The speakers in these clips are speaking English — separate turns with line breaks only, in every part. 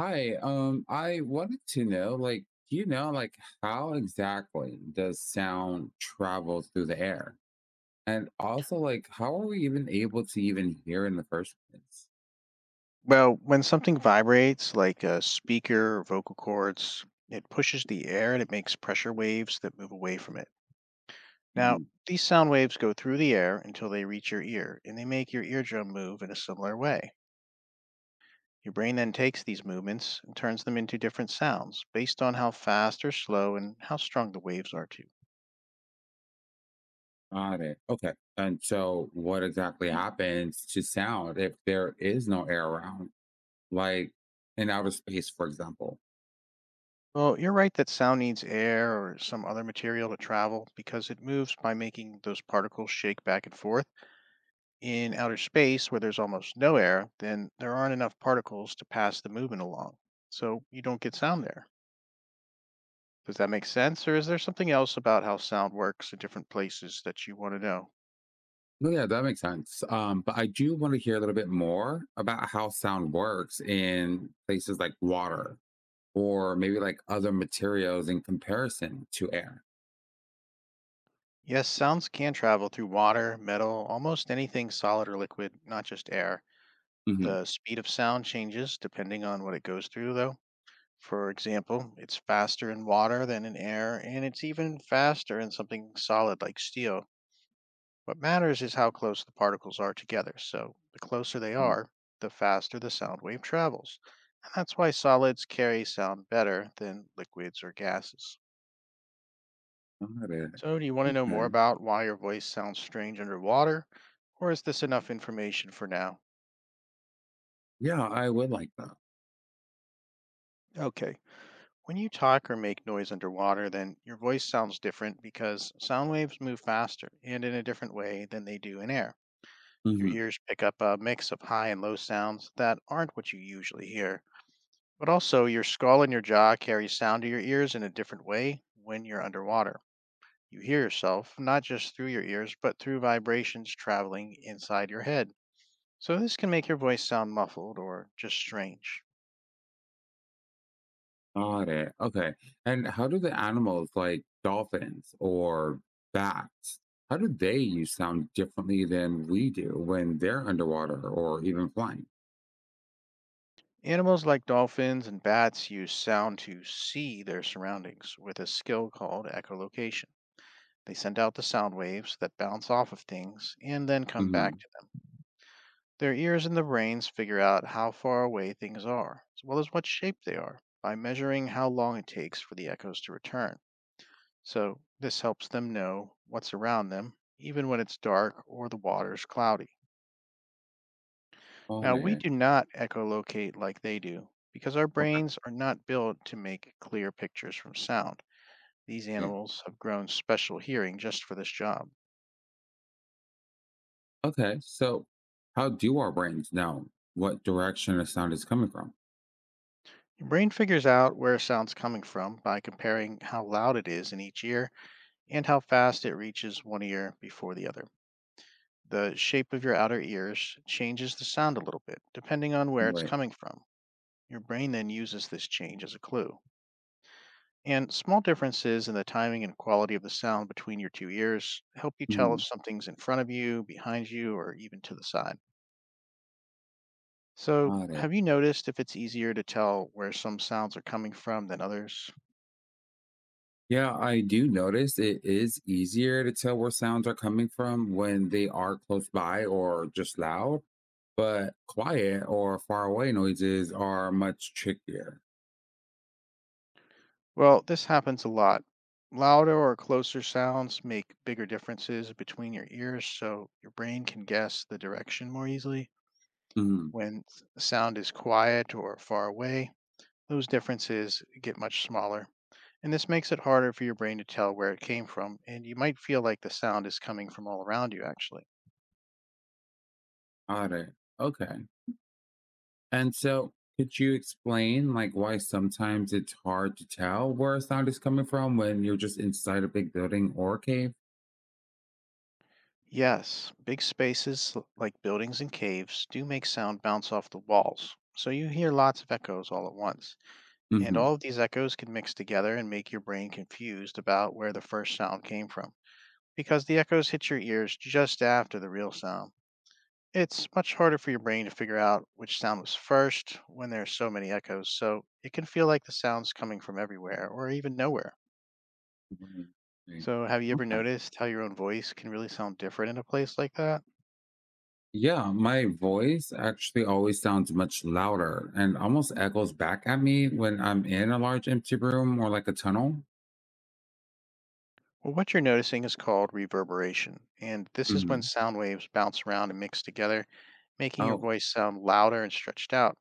Hi, I wanted to know, like, do you know, like, how exactly does sound travel through the air? And also, like, how are we even able to even hear in the first place?
Well, when something vibrates, like a speaker or vocal cords, it pushes the air and it makes pressure waves that move away from it. Now,
Mm.
these sound waves go through the air until they reach your ear, and they make your eardrum move in a similar way. Your brain then takes these movements and turns them into different sounds based on how fast or slow and how strong the waves are, too.
Got it. Okay. And so, what exactly happens to sound if there is no air around, like in outer space, for example?
Well, you're right that sound needs air or some other material to travel because it moves by making those particles shake back and forth. In outer space, where there's almost no air, then there aren't enough particles to pass the movement along. So you don't get sound there. Does that make sense? Or is there something else about how sound works in different places that you want to know?
No, yeah, that makes sense. But I do want to hear a little bit more about how sound works in places like water or maybe like other materials in comparison to air.
Yes, sounds can travel through water, metal, almost anything solid or liquid, not just air.
Hmm.
The speed of sound changes depending on what it goes through, though. For example, it's faster in water than in air, and it's even faster in something solid like steel. What matters is how close the particles are together. So the closer they
Mm.
are, the faster the sound wave travels. And that's why solids carry sound better than liquids or gases.
Got it.
So, do you want to know more
Okay.
about why your voice sounds strange underwater? Or is this enough information for now?
Yeah, I would like that.
Okay. When you talk or make noise underwater, then your voice sounds different because sound waves move faster and in a different way than they do in air. Your
Hmm.
ears pick up a mix of high and low sounds that aren't what you usually hear. But also, your skull and your jaw carry sound to your ears in a different way when you're underwater. You hear yourself not just through your ears, but through vibrations traveling inside your head. So, this can make your voice sound muffled or just strange.
Got it. Okay. And how do the animals like dolphins or bats, how do they use sound differently than we do when they're underwater or even flying?
Animals like dolphins and bats use sound to see their surroundings with a skill called echolocation. They send out the sound waves that bounce off of things and then come back
Hmm.
to them. Their ears and the brains figure out how far away things are, as well as what shape they are, by measuring how long it takes for the echoes to return. So, this helps them know what's around them, even when it's dark or the water's cloudy.
Got
Now, we
it.
do not echolocate like they do, because our
Okay.
brains are not built to make clear pictures from sound. These
Okay.
animals have grown special hearing just for this job.
Okay, so how do our brains know what direction a sound is coming from?
Your brain figures out where a sound's coming from by comparing how loud it is in each ear and how fast it reaches one ear before the other. The shape of your outer ears changes the sound a little bit, depending on where it's
Right.
coming from. Your brain then uses this change as a clue. And small differences in the timing and quality of the sound between your two ears help you tell
Hmm.
if something's in front of you, behind you, or even to the side. So,
Got it.
have you noticed if it's easier to tell where some sounds are coming from than others?
Yeah, I do notice it is easier to tell where sounds are coming from when they are close by or just loud, but quiet or far away noises are much trickier.
Well, this happens a lot. Louder or closer sounds make bigger differences between your ears, so your brain can guess the direction more easily.
Mm.
When sound is quiet or far away, those differences get much smaller. And this makes it harder for your brain to tell where it came from, and you might feel like the sound is coming from all around you, actually.
Got it. Okay. And so, could you explain like why sometimes it's hard to tell where a sound is coming from when you're just inside a big building or cave?
Yes, big spaces like buildings and caves do make sound bounce off the walls, so you hear lots of echoes all at once. And
Hmm.
all of these echoes can mix together and make your brain confused about where the first sound came from, because the echoes hit your ears just after the real sound. It's much harder for your brain to figure out which sound was first when there are so many echoes, so it can feel like the sound's coming from everywhere or even nowhere.
Right.
So, have you ever
Right.
noticed how your own voice can really sound different in a place like that?
Yeah, my voice actually always sounds much louder and almost echoes back at me when I'm in a large empty room or like a tunnel.
Well, what you're noticing is called reverberation, and this is when
Hmm.
sound waves bounce around and mix together, making your
Oh,
voice sound louder and stretched out.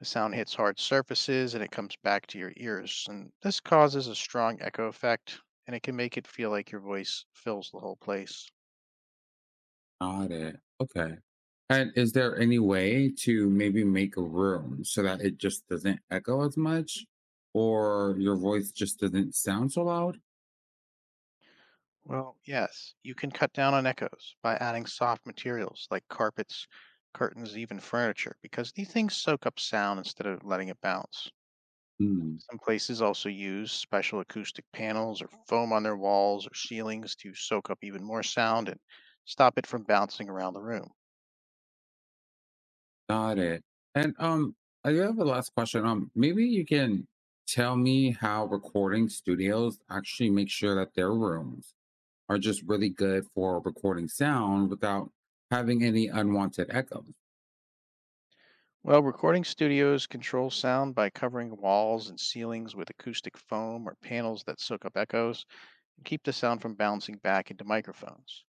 The sound hits hard surfaces and it comes back to your ears, and this causes a strong echo effect, and it can make it feel like your voice fills the whole place.
got it. Okay. And is there any way to maybe make a room so that it just doesn't echo as much or your voice just doesn't sound so loud?
Well, yes, you can cut down on echoes by adding soft materials like carpets, curtains, even furniture, because these things soak up sound instead of letting it bounce.
Mm.
Some places also use special acoustic panels or foam on their walls or ceilings to soak up even more sound and stop it from bouncing around the room.
Got it. And I do have a last question. Maybe you can tell me how recording studios actually make sure that their rooms are just really good for recording sound without having any unwanted echoes.
Well, recording studios control sound by covering walls and ceilings with acoustic foam or panels that soak up echoes and keep the sound from bouncing back into microphones.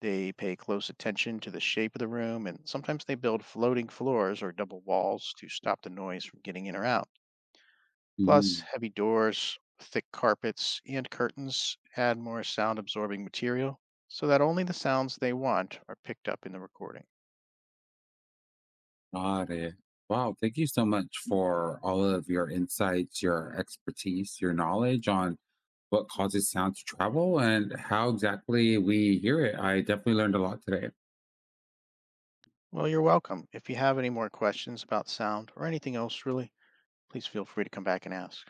They pay close attention to the shape of the room and sometimes they build floating floors or double walls to stop the noise from getting in or out. Plus,
Mm.
heavy doors, thick carpets, and curtains add more sound absorbing material so that only the sounds they want are picked up in the recording.
Got it. Wow, thank you so much for all of your insights, your expertise, your knowledge on what causes sound to travel and how exactly we hear it. I definitely learned a lot today.
Well, you're welcome. If you have any more questions about sound or anything else, really, please feel free to come back and ask.